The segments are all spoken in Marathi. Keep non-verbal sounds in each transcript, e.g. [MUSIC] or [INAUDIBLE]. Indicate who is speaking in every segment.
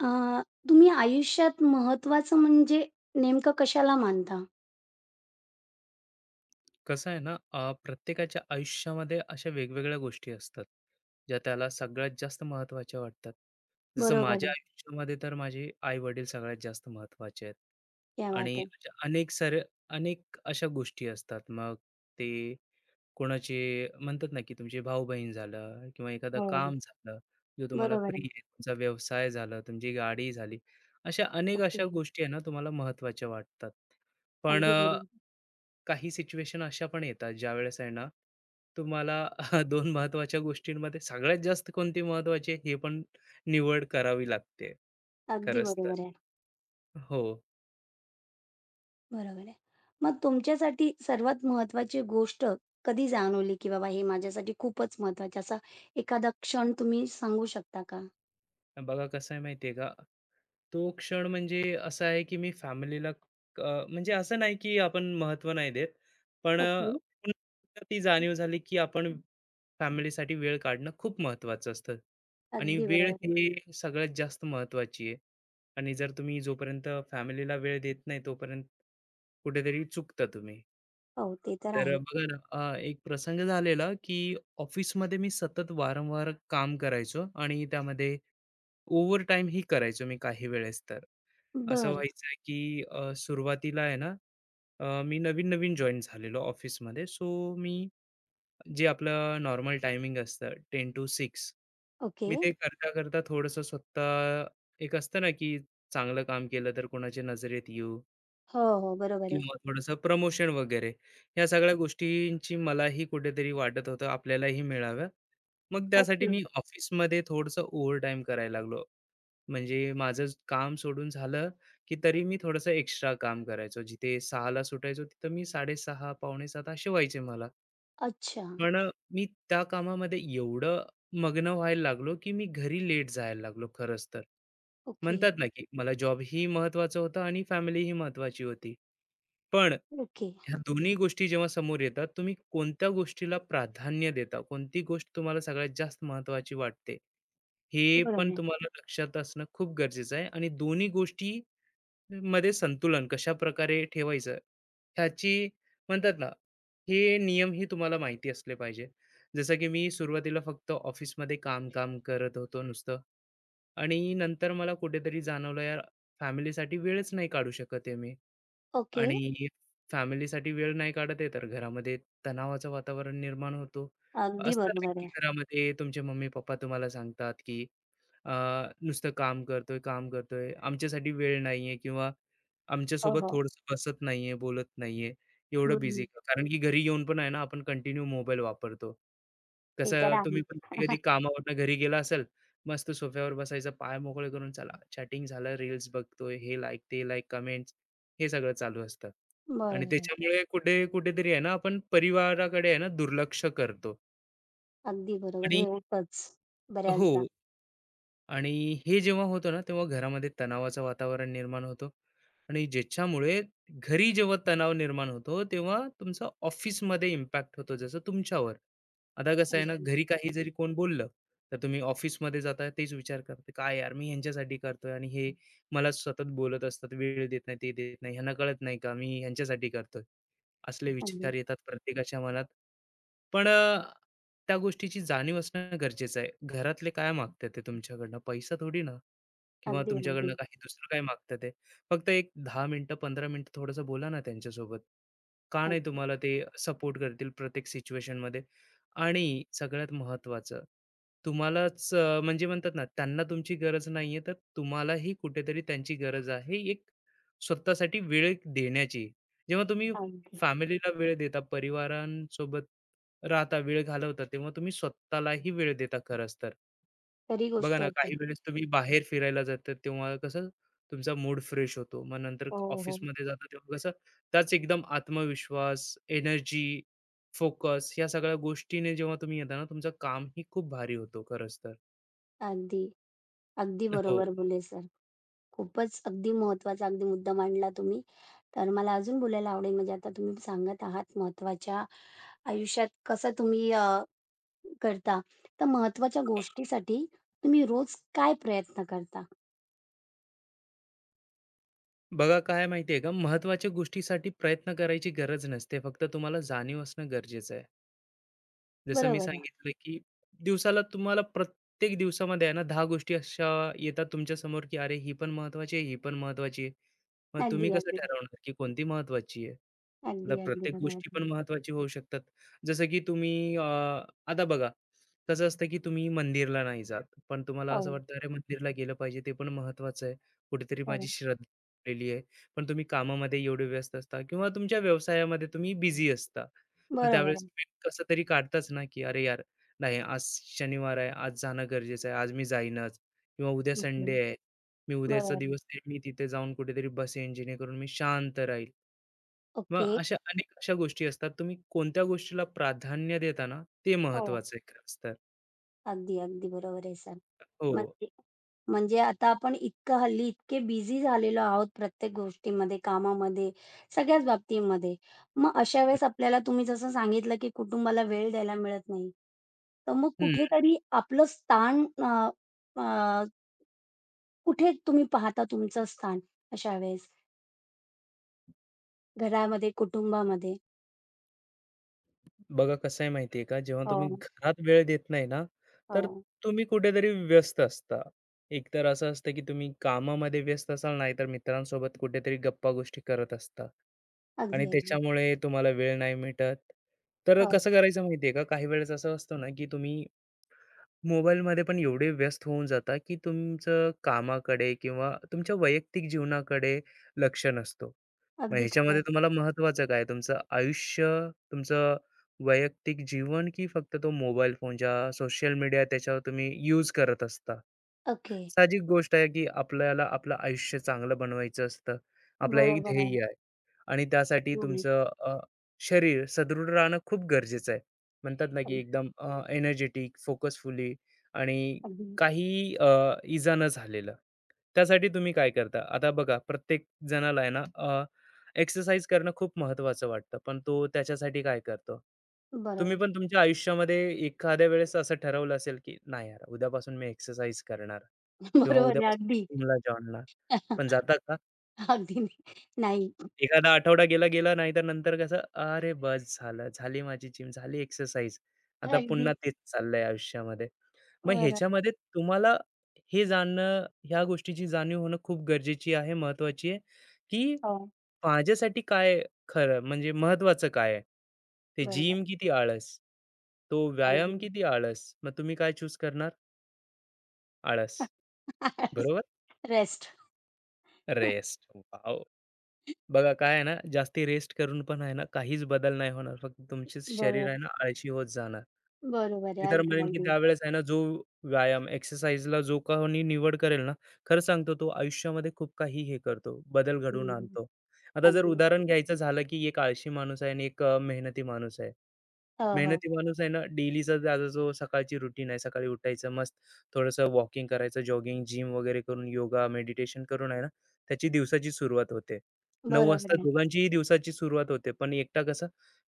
Speaker 1: अ, तुम्ही आयुष्यात महत्त्वाचं म्हणजे नेमकं कशाला मानता?
Speaker 2: कसं आहे ना, प्रत्येकाच्या आयुष्यामध्ये अशा वेगवेगळ्या गोष्टी असतात ज्या त्याला सगळ्यात जास्त महत्त्वाच्या वाटतात. जसं
Speaker 1: बरोबर
Speaker 2: माझ्या
Speaker 1: आहे.
Speaker 2: आयुष्यामध्ये तर माझे आई वडील सगळ्यात जास्त महत्त्वाचे आहेत.
Speaker 1: क्या
Speaker 2: आणि
Speaker 1: बात है!
Speaker 2: अशा अनेक अशा गोष्टी असतात. मग ते कोणाचे म्हणतात ना, की तुमचे भाऊ बहीण झालं किंवा एखादं
Speaker 1: हो,
Speaker 2: काम झालं, जो तुम्हाला
Speaker 1: बरोबर
Speaker 2: प्रिय
Speaker 1: आहे.
Speaker 2: आहे, तुमचा व्यवसाय झाला, तुमची गाडी झाली. अशा अनेक अशा
Speaker 1: ओके.
Speaker 2: गोष्टी आहे ना, तुम्हाला महत्त्वाच्या वाटतात. पण
Speaker 1: अगदी बरोबर.
Speaker 2: काही सिच्युएशन अशा पण येतात, ज्यावेळेस आहे ना, तुम्हाला [LAUGHS] दोन महत्वाच्या गोष्टींमध्ये सगळ्यात जास्त कोणती महत्वाची आहे हे पण निवड करावी लागते.
Speaker 1: अगदी
Speaker 2: खरंच तर
Speaker 1: बरोबर आहे.
Speaker 2: हो.
Speaker 1: बरोबर आहे. मग तुमच्यासाठी सर्वात महत्त्वाची गोष्ट कधी जाणवली, की बाबा हे माझ्यासाठी खूपच महत्त्वाचं असा एखादा क्षण तुम्ही सांगू शकता का?
Speaker 2: बघा कसं आहे माहिती का, तो क्षण म्हणजे असा आहे की मी फॅमिलीला, म्हणजे असं नाही की आपण महत्त्व नाही देत, पण
Speaker 1: ओके.
Speaker 2: पुन्हा ती जाणीव झाली की आपण फॅमिलीसाठी वेळ काढणं खूप महत्त्वाचं असतं. आणि
Speaker 1: अगदी
Speaker 2: वेळ
Speaker 1: बरोबर.
Speaker 2: हे सगळ्यात जास्त महत्त्वाची आहे. आणि जर तुम्ही जोपर्यंत फॅमिलीला वेळ देत नाही, तोपर्यंत कुठेतरी चुकता तुम्ही.
Speaker 1: हो, ते तर
Speaker 2: तर
Speaker 1: आहे.
Speaker 2: बघा ना, एक प्रसंग झालेला की ऑफिसमध्ये मी सतत वारंवार काम करायचो आणि त्यामध्ये ओव्हरटाईमही करायचो मी काही वेळेस तर. असं
Speaker 1: बरं.
Speaker 2: व्हायचं की, सुरुवातीला आहे ना, मी नवीन-नवीन जॉइन झालेलो ऑफिसमध्ये. सो मी जे आपलं नॉर्मल टायमिंग असतं 10 to 6,
Speaker 1: ओके.
Speaker 2: मी ते करता-करता थोडंसं स्वतः, एक असतं ना, की चांगलं काम केलं तर कोणाच्या नजरेत येऊ
Speaker 1: हो, हो. बरोबर आहे.
Speaker 2: किंवा थोडंसं प्रमोशन वगैरे. ह्या सगळ्या गोष्टींची मलाही कुठेतरी वाटत होतं आपल्यालाही मिळाव्या. मग त्यासाठी
Speaker 1: ओके.
Speaker 2: मी ऑफिसमध्ये थोडंसं ओव्हरटाईम करायला लागलो. म्हणजे माझं काम सोडून झालं, की तरी मी थोडंसं एक्स्ट्रा काम करायचो. जिथे 6:00ला सुटायचो, तिथं मी 6:30 पावणे 7:00 असे व्हायचे मला.
Speaker 1: अच्छा.
Speaker 2: पण मी त्या कामामध्ये एवढं मग्न व्हायला लागलो, की मी घरी लेट जायला लागलो खरंच तर.
Speaker 1: ओके.
Speaker 2: म्हणतात ना, की मला जॉब ही महत्त्वाचा होता आणि फॅमिली ही महत्त्वाची होती. पण
Speaker 1: ओके.
Speaker 2: ह्या दोन्ही गोष्टी जेव्हा समोर येतात, तुम्ही कोणत्या गोष्टीला प्राधान्य देता? कोणती गोष्ट तुम्हाला सगळ्यात जास्त महत्त्वाची वाटते? हे
Speaker 1: बरोबर
Speaker 2: पण
Speaker 1: आहे.
Speaker 2: तुम्हाला लक्षात असणं खूप गरजेचं आहे. आणि दोन्ही गोष्टी मध्ये संतुलन कशाप्रकारे ठेवायचं, ह्याची, म्हणतात ना, हे नियमही तुम्हाला माहिती असले पाहिजे. जसं की मी सुरुवातीला फक्त ऑफिसमध्ये काम-काम करत होतो नुसतं, आणि नंतर मला कुठेतरी जाणवलं, यार फॅमिलीसाठी वेळच नाही काढू शकत आहे मी.
Speaker 1: ओके.
Speaker 2: आणि फॅमिलीसाठी वेळ नाही काढत आहे, तर घरामध्ये तणावाचं वातावरण निर्माण होतो.
Speaker 1: अगदी
Speaker 2: असतं ना,
Speaker 1: बरोबर
Speaker 2: की
Speaker 1: आहे.
Speaker 2: घरामध्ये तुमचे मम्मी-पप्पा तुम्हाला सांगतात, की अ, "नुसतं काम करतोय, काम करतोय. आमच्यासाठी वेळ नाहीये किंवा
Speaker 1: हो,
Speaker 2: आमच्यासोबत
Speaker 1: हो.
Speaker 2: थोडंसं बसत नाहीये, बोलत नाहीये." एवढं बिझी
Speaker 1: हं,
Speaker 2: का? कारण की घरी येऊन पण आहे ना, आपण कंटिन्यू मोबाईल वापरतो.
Speaker 1: ते तर
Speaker 2: कसं तुम्ही
Speaker 1: आहेच.
Speaker 2: पण कधी-कधी
Speaker 1: [LAUGHS]
Speaker 2: कामावरनं घरी गेला असाल, मस्त सोफ्यावर बसायचं, पाय मोकळे करून चला, चॅटिंग झालं, रील्स बघतोय, हे लाईक, ते लाईक, कमेंट्स, हे सगळं चालू असतं. आणि
Speaker 1: बरोबर आहे.
Speaker 2: त्याच्यामुळे कुठे कुठेतरी आहे ना, आपण परिवाराकडे आहे ना दुर्लक्ष करतो.
Speaker 1: अगदी बरोबर.
Speaker 2: आणि
Speaker 1: हे होतंच
Speaker 2: हो.
Speaker 1: बऱ्याचदा.
Speaker 2: आणि हे जेव्हा होतं ना, तेव्हा घरामध्ये तणावाचं वातावरण निर्माण होतं. आणि ज्याच्यामुळे घरी जेव्हा तणाव निर्माण होतो, तेव्हा तुमचा ऑफिसमध्ये इम्पॅक्ट होतो, जसं तुमच्यावर. आता कसं आहे ना,
Speaker 1: अगदी,
Speaker 2: घरी काही जरी कोण बोललं, तर तुम्ही ऑफिसमध्ये जाता तेच विचार करता, "काय यार मी ह्यांच्यासाठी करतोय आणि हे मला सतत बोलत असतात, वेळ देत नाही, ते देत नाही, ह्यांना कळत नाही का मी ह्यांच्यासाठी करतोय?" असले
Speaker 1: अगदी,
Speaker 2: विचार येतात प्रत्येकाच्या मनात. पण त्या गोष्टीची जाणीव असणं गरजेचं आहे. घरातले काय मागतात ते तुमच्याकडनं? पैसा थोडी ना, किंवा
Speaker 1: अगदी,
Speaker 2: तुमच्याकडनं
Speaker 1: अगदी,
Speaker 2: काही दुसरं काय मागतात ते. फक्त एक 10 मिनिटं, 15 मिनिटं थोडंसं बोला ना त्यांच्यासोबत. का नाही
Speaker 1: अगदी,
Speaker 2: तुम्हाला ते सपोर्ट करतील प्रत्येक सिच्युएशनमध्ये? आणि सगळ्यात महत्त्वाचं, तुम्हालाच म्हणजे म्हणतात ना, त्यांना तुमची गरज नाहीये, तर तुम्हालाही कुठेतरी त्यांची गरज आहे, एक स्वतःसाठी वेळ देण्याची. जेव्हा तुम्ही
Speaker 1: अगदी.
Speaker 2: फॅमिलीला वेळ देता, परिवारांसोबत राहता, वेळ घालवता, तेव्हा तुम्ही स्वतःलाही वेळ देता खरंच तर.
Speaker 1: खरी
Speaker 2: बघा
Speaker 1: गोष्ट
Speaker 2: ना,
Speaker 1: आहे
Speaker 2: काही
Speaker 1: तर.
Speaker 2: वेळेस तुम्ही बाहेर फिरायला जाता, तेव्हा कसं तुमचा मूड फ्रेश होतो. मग नंतर
Speaker 1: हो, हो.
Speaker 2: ऑफिसमध्ये जाता, तेव्हा कसं त्याच एकदम आत्मविश्वास, एनर्जी, फोकस या सगळ्या गोष्टीने जेव्हा तुम्ही येता ना, तुमचं कामही खूप भारी होतो खरंच तर.
Speaker 1: अगदी, अगदी
Speaker 2: हो.
Speaker 1: बरोबर बोलले सर. खूपच अगदी महत्त्वाचा अगदी मुद्दा मांडला तुम्ही. तर मला अजून बोलायला आवडेल म्हणजे आता तुम्ही सांगत आहात महत्त्वाच्या आयुष्यात कसं तुम्ही करता. तर महत्त्वाच्या गोष्टीसाठी तुम्ही रोज काय प्रयत्न करता?
Speaker 2: बघा काय आहे का, महत्त्वाच्या गोष्टीसाठी प्रयत्न करायची गरज नसते, फक्त तुम्हाला जाणीव असणं गरजेचं आहे. जसं मी
Speaker 1: बरोबर आहे.
Speaker 2: सांगितलं, की दिवसाला तुम्हाला प्रत्येक दिवसामध्ये आहे ना 10 गोष्टी अशा येतात तुमच्या समोर, की अरे ही पण महत्त्वाची आहे, ही पण महत्त्वाची आहे. मग तुम्ही
Speaker 1: अगदी,
Speaker 2: कसं
Speaker 1: अगदी.
Speaker 2: ठरवणार, की कोणती महत्त्वाची आहे? आता
Speaker 1: अगदी, अगदी
Speaker 2: प्रत्येक
Speaker 1: बरोबर.
Speaker 2: गोष्टी
Speaker 1: आहे.
Speaker 2: पण महत्त्वाची होऊ शकतात. जसं की तुम्ही आता बघा कसं असतं, की तुम्ही मंदिरला नाही जात, पण तुम्हाला असं
Speaker 1: हो,
Speaker 2: वाटतं अरे मंदिरला गेलं पाहिजे, ते पण महत्त्वाचं आहे. कुठेतरी माझी
Speaker 1: बरोबर.
Speaker 2: श्रद्धा आहे. पण तुम्ही कामामध्ये एवढे व्यस्त असता किंवा तुमच्या व्यवसायामध्ये तुम्ही बिझी असता. मग
Speaker 1: बरोबर
Speaker 2: त्यावेळेस
Speaker 1: आहे.
Speaker 2: वेळ कसं तरी काढताच ना, की "अरे यार, नाही आज शनिवार आहे, आज जाणं गरजेचं आहे, आज मी जाईनच." किंवा "उद्या
Speaker 1: ओके.
Speaker 2: संडे आहे, मी
Speaker 1: बरोबर
Speaker 2: उद्याचा
Speaker 1: आहे.
Speaker 2: दिवस आहे, मी तिथे जाऊन कुठेतरी बसेन जेणेकरून मी शांत राहील."
Speaker 1: ओके.
Speaker 2: मग अशा अनेक अशा गोष्टी असतात. तुम्ही कोणत्या गोष्टीला प्राधान्य देता ना, ते
Speaker 1: हो.
Speaker 2: महत्वाचं आहे खरंच तर.
Speaker 1: अगदी, अगदी बरोबर आहे सर.
Speaker 2: हो.
Speaker 1: म्हणजे म्हणजे आता आपण इतकं हल्ली इतके बिझी झालेलो आहोत प्रत्येक गोष्टीमध्ये, कामामध्ये, सगळ्याच बाबतीमध्ये. मग अशा
Speaker 2: हं.
Speaker 1: वेळेस आपल्याला तुम्ही जसं सांगितलं, की कुटुंबाला वेळ द्यायला मिळत नाही. तर मग कुठेतरी आपलं स्थान अ, अ, कुठे तुम्ही पाहता तुमचं स्थान अशा वेळेस? घरामध्ये, कुटुंबामध्ये?
Speaker 2: बघा कसं आहे माहिती आहे का, जेव्हा तुम्ही
Speaker 1: हो,
Speaker 2: घरात वेळ देत नाही ना, तर
Speaker 1: हो.
Speaker 2: तुम्ही कुठेतरी व्यस्त असता. एकतर असं असतं की तुम्ही कामामध्ये व्यस्त असाल, नाहीतर मित्रांसोबत कुठेतरी गप्पा-गोष्टी करत असता आणि
Speaker 1: अगदी, अगदी.
Speaker 2: त्याच्यामुळे तुम्हाला वेळ नाही भेटत. तर
Speaker 1: हो,
Speaker 2: कसं करायचं माहिती का, काही वेळेस असं असतं ना की तुम्ही मोबाईलमध्ये पण एवढे व्यस्त होऊन जाता की तुमचं कामाकडे किंवा तुमच्या वैयक्तिक जीवनाकडे लक्ष नसतो. मग
Speaker 1: अगदी खरं आहे.
Speaker 2: ह्याच्यामध्ये तुम्हाला महत्त्वाचं काय? तुमचं आयुष्य, तुमचं वैयक्तिक जीवन, की फक्त तो मोबाईल फोन ज्या सोशल मीडिया त्याच्यावर तुम्ही यूज करत असता?
Speaker 1: ओके.
Speaker 2: साहजिक गोष्ट आहे की आपल्याला आपलं आयुष्य चांगलं बनवायचं असतं. आपलं एक
Speaker 1: बरोबर आहे.
Speaker 2: ध्येय आहे, आणि त्यासाठी
Speaker 1: हं,
Speaker 2: तुमचं शरीर सदृढ राहणं खूप गरजेचं आहे. म्हणतात ना की
Speaker 1: अगदी,
Speaker 2: एकदम एनर्जेटिक, फोकसफुली, आणि
Speaker 1: अगदी.
Speaker 2: काही इजा न झालेलं. त्यासाठी तुम्ही काय करता? आता बघा प्रत्येक जणाला आहे ना एक्सरसाइज करणं खूप महत्त्वाचं वाटतं, पण तो त्याच्यासाठी काय करतो?
Speaker 1: बरोबर
Speaker 2: तुम्ही
Speaker 1: आहे.
Speaker 2: पण तुमच्या आयुष्यामध्ये एखाद्या वेळेस असं ठरवलं असेल की नाही यार उद्यापासून मी एक्सरसाइज करणार.
Speaker 1: [LAUGHS]
Speaker 2: किंवा
Speaker 1: बरोबर आहे.
Speaker 2: उद्यापासून
Speaker 1: अगदी.
Speaker 2: जिमला जॉइन ला. पण
Speaker 1: [LAUGHS]
Speaker 2: जाता का?
Speaker 1: अगदी नाही. नाही.
Speaker 2: एखादा आठवडा गेला, गेला नाही, तर नंतर कसं, "अरे बस झालं, झाली माझी जिम, झाली एक्सरसाइज." आता
Speaker 1: अगदी.
Speaker 2: पुन्हा तेच चाललंय आयुष्यामध्ये. मग
Speaker 1: बरोबर आहे.
Speaker 2: ह्याच्यामध्ये तुम्हाला हे जाणणं, ह्या गोष्टीची जाणीव होणं खूप गरजेची आहे, महत्वाची आहे, की
Speaker 1: हो,
Speaker 2: माझ्यासाठी काय खरं म्हणजे महत्त्वाचं काय आहे? ते
Speaker 1: बरोबर
Speaker 2: जिम
Speaker 1: आहे.
Speaker 2: की ती आळस? तो व्यायाम की
Speaker 1: अगदी.
Speaker 2: ती आळस? मग तुम्ही काय चूज करणार? आळस. बरोबर?
Speaker 1: [LAUGHS] रेस्ट. [LAUGHS]
Speaker 2: रेस्ट. वॉव! बघा काय आहे ना, जास्ती रेस्ट करून पण आहे ना, काहीच बदल नाही होणार. फक्त तुमचेच शरीर आहे
Speaker 1: बरोबर.
Speaker 2: ना, आळशी होत जाणार.
Speaker 1: बरोबर
Speaker 2: मी
Speaker 1: आहे.
Speaker 2: तर
Speaker 1: अगदी,
Speaker 2: म्हणेन, की
Speaker 1: अगदी.
Speaker 2: त्यावेळेस आहे ना, जो व्यायाम, एक्सरसाइजला जो कोणी निवड करेल ना, खरं सांगतो तो आयुष्यामध्ये खूप काही हे करतो, बदल घडवून
Speaker 1: हं,
Speaker 2: आणतो. आता जर
Speaker 1: अगदी, अगदी.
Speaker 2: उदाहरण घ्यायचं झालं, की एक आळशी माणूस आहे आणि एक मेहनती माणूस आहे.
Speaker 1: हो, हो.
Speaker 2: मेहनती माणूस आहे ना, डेलीचा त्याचा जो सकाळची रुटीन आहे, सकाळी उठायचं, मस्त थोडंसं वॉकिंग करायचं, जॉगिंग, जिम वगैरे करून, योगा, मेडिटेशन करून आहे ना, त्याची दिवसाची सुरुवात होते. 9:00 वाजता
Speaker 1: बरोबर आहे.
Speaker 2: दोघांचीही दिवसाची सुरुवात होते, पण एकटा कसं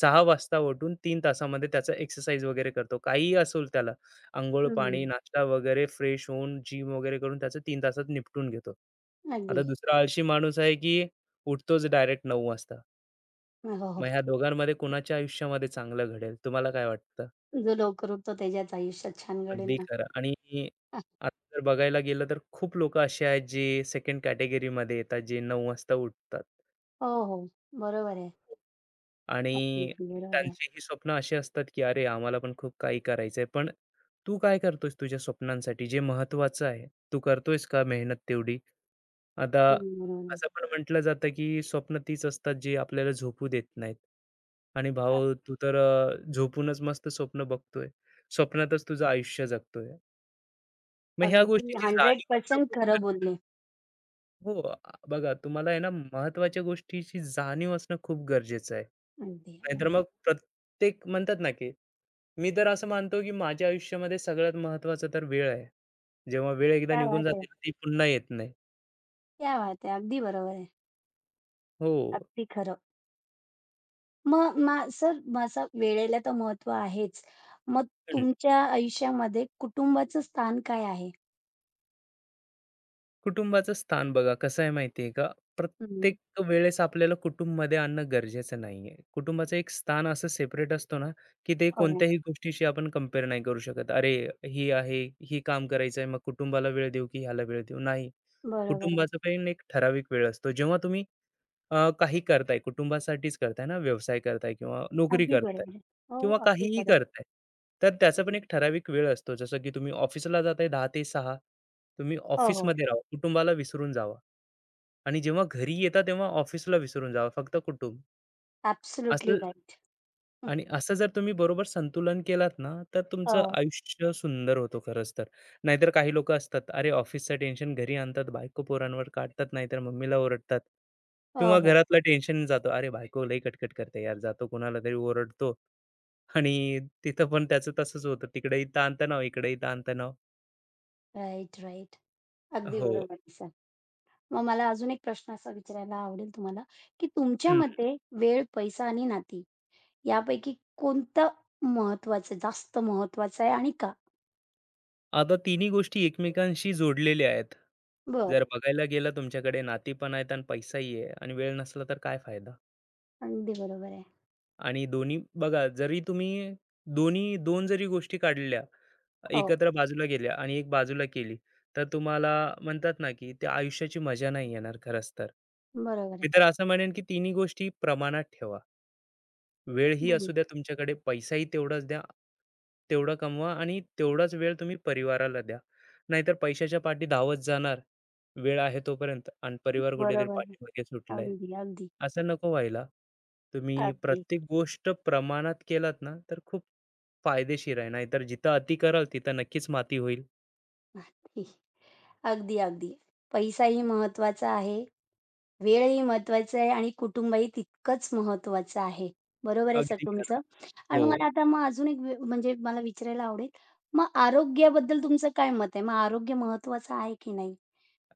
Speaker 2: 6 वाजता उठून 3 तासामध्ये त्याचा एक्सरसाइज वगैरे करतो. काहीही असेल त्याला, अंघोळ, पाणी,
Speaker 1: हं,
Speaker 2: नाश्ता वगैरे फ्रेश होऊन जिम वगैरे करून त्याचं तीन तासात निपटून घेतो.
Speaker 1: अगदी.
Speaker 2: आता दुसरा आळशी माणूस आहे, की उठतोच डायरेक्ट 9 वाजता.
Speaker 1: हो,
Speaker 2: मग
Speaker 1: हो.
Speaker 2: ह्या दोघांमध्ये कुणाच्या आयुष्यामध्ये चांगलं घडेल? तुम्हाला काय वाटतं?
Speaker 1: जो लवकर उठतो त्याच्याच आयुष्यात छान घडेल
Speaker 2: अगदी
Speaker 1: ना.
Speaker 2: खरं. आणि
Speaker 1: [LAUGHS]
Speaker 2: आता जर बघायला गेलं तर खूप लोकं असे आहेत, जे 2nd कॅटेगरीमध्ये येतात, जे 9 वाजता उठतात.
Speaker 1: हो, हो. बरोबर आहे. अगदी,
Speaker 2: आणि
Speaker 1: अगदी. बरोबर आहे.
Speaker 2: त्यांची ही स्वप्न अशी असतात, की "अरे, आम्हाला पण खूप काही करायचंय." पण तू काय करतोयस तुझ्या स्वप्नांसाठी जे महत्त्वाचं आहे? तू करतोयस का मेहनत तेवढी? आता
Speaker 1: हं, बरोबर आहे.
Speaker 2: असं पण म्हटलं जातं, की स्वप्न तीच असतात जी आपल्याला झोपू देत नाहीत. आणि भाऊ तू तर झोपूनच मस्त स्वप्न बघतोय. स्वप्नातच तुझं आयुष्य जगतोय. मग ह्या
Speaker 1: अगदी
Speaker 2: गोष्टीची जाणीव असणं
Speaker 1: 100%
Speaker 2: खूप.
Speaker 1: खरं बोलले.
Speaker 2: हो, आ, बघा तुम्हाला आहे ना महत्त्वाच्या गोष्टीची जाणीव असणं खूप गरजेचं आहे.
Speaker 1: अगदी,
Speaker 2: नाहीतर
Speaker 1: अगदी.
Speaker 2: मग प्रत्येक म्हणतात ना, की मी तर असं मानतो, की माझ्या आयुष्यामध्ये सगळ्यात महत्त्वाचं तर वेळ आहे. जेव्हा वेळ एकदा
Speaker 1: क्या
Speaker 2: निघून
Speaker 1: बात है!
Speaker 2: जाते ना, ती पुन्हा येत नाही.
Speaker 1: क्या बात है! अगदी बरोबर आहे.
Speaker 2: हो.
Speaker 1: अगदी खरं. मग मा सर माझं वेळेला तर महत्त्व आहेच. मग तुमच्या आयुष्यामध्ये कुटुंबाचं स्थान काय आहे?
Speaker 2: कुटुंबाचं स्थान बघा कसं आहे माहिती आहे का? प्रत्येक
Speaker 1: हं.
Speaker 2: वेळेस आपल्याला कुटुंबमध्ये आणणं गरजेचं नाहीये. कुटुंबाचं एक स्थान असं सेपरेट असतो ना, की ते
Speaker 1: हो.
Speaker 2: कोणत्याही गोष्टीशी आपण कंपेअर नाही करू शकत. "अरे, ही आहे, ही काम करायचं आहे, मग कुटुंबाला वेळ देऊ की ह्याला वेळ देऊ?" नाही.
Speaker 1: बरोबर आहे.
Speaker 2: कुटुंबाचा पण एक ठराविक वेळ असतो. जेव्हा तुम्ही काही करताय, कुटुंबासाठीच करताय ना, व्यवसाय करताय किंवा नोकरी
Speaker 1: अगदी
Speaker 2: करताय
Speaker 1: बरोबर आहे. हो,
Speaker 2: किंवा
Speaker 1: अगदी
Speaker 2: काहीही
Speaker 1: खरं आहे.
Speaker 2: करताय. तर त्याचा पण
Speaker 1: अगदी.
Speaker 2: एक ठराविक वेळ असतो. जसं की तुम्ही ऑफिसला जाताय 10:00 ते 6:00, तुम्ही
Speaker 1: हो, हो.
Speaker 2: ऑफिसमध्ये राहा, कुटुंबाला विसरून जावा, आणि जेव्हा घरी येता तेव्हा ऑफिसला विसरून जावा, फक्त कुटुंब.
Speaker 1: ॲब्सोल्युटली
Speaker 2: असं,
Speaker 1: राइट.
Speaker 2: आणि असं जर तुम्ही बरोबर संतुलन केलात ना, तर तुमचं
Speaker 1: हो.
Speaker 2: आयुष्य सुंदर होतो खरंच तर. नाहीतर काही लोकं असतात, अरे ऑफिसचं टेन्शन घरी आणतात, बायको पोरांवर काढतात, नाहीतर मम्मीला ओरडतात
Speaker 1: हो,
Speaker 2: किंवा
Speaker 1: हो.
Speaker 2: घरातलं टेन्शन जातो. अरे बायको लई कटकट करते यार, जातो कोणाला तरी ओरडतो, आणि तिथं पण त्याचं तसंच होतं. तिकडेही ताणतणाव, इकडेही ताणतणाव.
Speaker 1: Right, right. अगदी
Speaker 2: हो.
Speaker 1: बरोबर आहे सर. मग मला अजून एक प्रश्न असा विचारायला आवडेल तुम्हाला, की तुमच्या
Speaker 2: हं.
Speaker 1: मते वेळ, पैसा आणि नाती यापैकी कोणतं महत्वाचं, जास्त महत्वाचं आहे आणि का?
Speaker 2: आता तिन्ही गोष्टी एकमेकांशी जोडलेल्या आहेत.
Speaker 1: बरं.
Speaker 2: जर बघायला गेलं तुमच्याकडे नाती पण आहेत आणि पैसाही आहे आणि वेळ नसला तर काय फायदा?
Speaker 1: अगदी बरोबर आहे.
Speaker 2: आणि दोन्ही बघा जरी तुम्ही दोन्ही 2 जरी गोष्टी काढल्या,
Speaker 1: हो,
Speaker 2: एकत्र बाजूला गेल्या आणि एक बाजूला केली, तर तुम्हाला म्हणतात ना, की त्या आयुष्याची मजा नाही येणार खरंच तर.
Speaker 1: बरोबर
Speaker 2: मी
Speaker 1: आहे.
Speaker 2: तर असं म्हणेन, की तिन्ही गोष्टी प्रमाणात ठेवा. वेळही
Speaker 1: हं,
Speaker 2: असू द्या तुमच्याकडे, पैसाही तेवढाच द्या. तेवढा कमवा आणि तेवढाच वेळ तुम्ही परिवाराला द्या. नाहीतर पैशाच्या पाठी धावत जाणार, वेळ आहे तोपर्यंत आणि परिवार कुठेतरी
Speaker 1: बरोबर आहे.
Speaker 2: पाठीमागे सुटलाय.
Speaker 1: अगदी, अगदी,
Speaker 2: असं नको व्हायला. तुम्ही
Speaker 1: अगदी,
Speaker 2: प्रत्येक गोष्ट प्रमाणात केलात ना, तर खूप फायदेशीर आहे. नाहीतर जिथं अति कराल, तिथं नक्कीच माती होईल.
Speaker 1: अगदी. अगदी, अगदी. पैसाही महत्वाचा आहे, वेळही महत्वाचा आहे आणि कुटुंबही तितकंच महत्वाचं आहे. बरोबर आहे सर
Speaker 2: अगदी
Speaker 1: तुमचं.
Speaker 2: खरं.
Speaker 1: आणि
Speaker 2: हो.
Speaker 1: मला आता मग अजून एक वे म्हणजे मला विचारायला आवडेल, मग आरोग्याबद्दल तुमचं काय मत आहे? मग आरोग्य महत्वाचं आहे की नाही?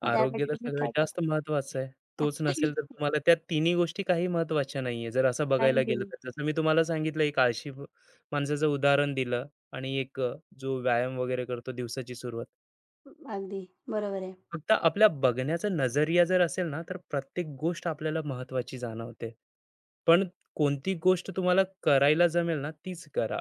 Speaker 1: मग
Speaker 2: आरोग्य
Speaker 1: त्यासाठी
Speaker 2: तर
Speaker 1: तुम्ही
Speaker 2: सगळ्यात
Speaker 1: काय करता?
Speaker 2: जास्त महत्त्वाचं आहे. तोच नसेल तर
Speaker 1: [LAUGHS]
Speaker 2: तुम्हाला त्या तिन्ही गोष्टी काही महत्त्वाच्या नाहीये. जर असं बघायला
Speaker 1: अगदी.
Speaker 2: गेलं तर जसं मी तुम्हाला सांगितलं, एक आळशी माणसाचं उदाहरण दिलं, आणि एक, जो व्यायाम वगैरे करतो दिवसाची सुरुवात.
Speaker 1: अगदी. बरोबर आहे.
Speaker 2: फक्त आपल्या बघण्याचा नजरिया जर असेल ना, तर प्रत्येक गोष्ट आपल्याला महत्त्वाची जाणवते. पण कोणती गोष्ट तुम्हाला करायला जमेल ना, तीच करा.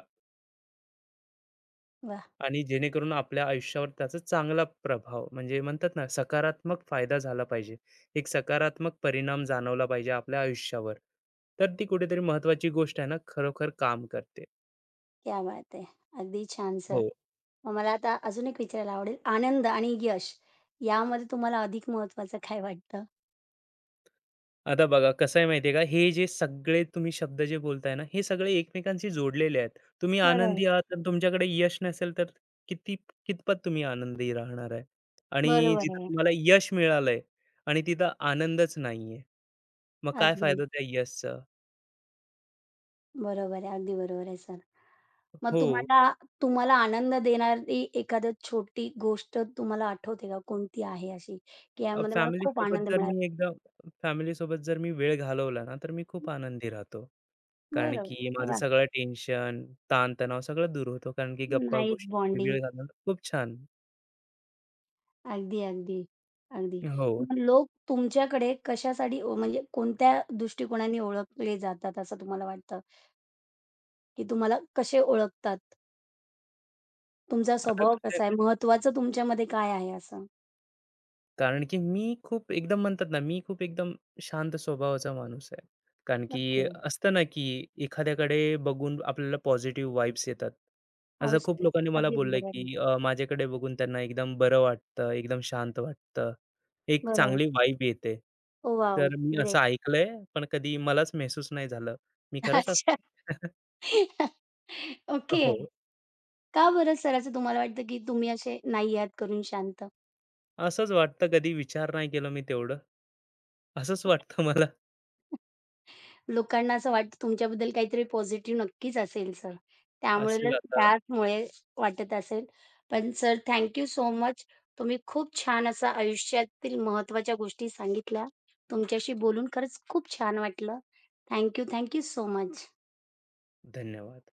Speaker 1: वाह!
Speaker 2: आणि जेणेकरून आपल्या आयुष्यावर त्याचा चांगला प्रभाव, म्हणजे म्हणतात ना सकारात्मक फायदा झाला पाहिजे. एक सकारात्मक परिणाम जाणवला पाहिजे आपल्या आयुष्यावर. तर ती कुठेतरी महत्वाची गोष्ट आहे ना, खरोखर काम करते.
Speaker 1: क्या बात है! अगदी छान सर.
Speaker 2: हो.
Speaker 1: मग मला आता अजून एक विचारायला आवडेल. आनंद आणि यश यामध्ये तुम्हाला अधिक महत्त्वाचं काय वाटतं?
Speaker 2: आता बघा कसं आहे माहिती का, हे जे सगळे तुम्ही शब्द जे बोलताय ना, हे सगळे एकमेकांशी जोडलेले आहेत. तुम्ही
Speaker 1: बरं आहे.
Speaker 2: आनंदी आहात तर तुमच्याकडे यश नसेल तर किती कितपत तुम्ही आनंदी राहणार आहे? आणि
Speaker 1: बरोबर
Speaker 2: जिथं
Speaker 1: आहे.
Speaker 2: तुम्हाला यश मिळालंय आणि तिथं आनंदच नाहीये. मग काय
Speaker 1: अगदी.
Speaker 2: फायदा त्या यशचा?
Speaker 1: बरोबर आहे. अगदी बरोबर आहे सर. मग
Speaker 2: हो.
Speaker 1: तुम्हाला तुम्हाला आनंद देणारी एखादी छोटी गोष्ट तुम्हाला आठवते का? कोणती आहे अशी, की
Speaker 2: अ,
Speaker 1: यामध्ये मला खूप
Speaker 2: फॅमिलीसोबत
Speaker 1: आनंद
Speaker 2: जर मी
Speaker 1: मिळाला?
Speaker 2: एकदा फॅमिलीसोबत जर मी वेळ घालवला ना, तर मी खूप आनंदी राहतो. कारण
Speaker 1: बरोबर.
Speaker 2: की माझं
Speaker 1: वाह!
Speaker 2: सगळं टेन्शन, ताणतणाव सगळं दूर होतो. कारण की गप्पा
Speaker 1: नाईस
Speaker 2: गोष्टी,
Speaker 1: बॉन्डिंग.
Speaker 2: वेळ घालवणं खूप छान.
Speaker 1: अगदी, अगदी, अगदी.
Speaker 2: हो.
Speaker 1: मग लोक तुमच्याकडे कशासाठी ओ म्हणजे कोणत्या दृष्टिकोनाने ओळखले जातात असं तुम्हाला वाटतं? की तुम्हाला कसे ओळखतात? तुमचा
Speaker 2: आता
Speaker 1: स्वभाव
Speaker 2: कसं,
Speaker 1: कसा आहे? महत्त्वाचं तुमच्यामध्ये काय आहे असं?
Speaker 2: कारण की मी खूप एकदम, म्हणतात ना, मी खूप एकदम शांत स्वभावाचा माणूस आहे. कारण की
Speaker 1: ओके.
Speaker 2: असतं ना, की एखाद्याकडे बघून आपल्याला पॉझिटिव्ह वाइब्स येतात. असं खूप
Speaker 1: हाऊसफ्री.
Speaker 2: लोकांनी मला
Speaker 1: अगदी
Speaker 2: बोललंय,
Speaker 1: बरोबर आहे.
Speaker 2: की माझ्याकडे बघून त्यांना एकदम बरं वाटतं, एकदम शांत वाटतं. एक
Speaker 1: बरोबर.
Speaker 2: चांगली वाइब येते.
Speaker 1: Oh wow!
Speaker 2: तर मी असं
Speaker 1: ग्रेट.
Speaker 2: ऐकलंय, पण कधी मलाच महसूस नाही झालं. मी
Speaker 1: [LAUGHS]
Speaker 2: खरंच असं
Speaker 1: अच्छा.
Speaker 2: [LAUGHS]
Speaker 1: ओके.
Speaker 2: हो.
Speaker 1: का बरं सर असं तुम्हाला वाटतं की तुम्ही असे नाही आहात करून शांत?
Speaker 2: असंच वाटतं, कधी विचार नाही केला मी तेवढं. असंच वाटतं मला.
Speaker 1: लोकांना असं वाटतं तुमच्याबद्दल काहीतरी पॉझिटिव्ह नक्कीच असेल सर. त्यामुळे ल
Speaker 2: असेल आता.
Speaker 1: त्याचमुळे वाटत असेल. पण सर थँक सो मच. तुम्ही खूप छान असा आयुष्यातील महत्त्वाच्या गोष्टी सांगितल्या. तुमच्याशी बोलून खरंच खूप छान वाटलं. Thank you, so much.
Speaker 2: धन्यवाद.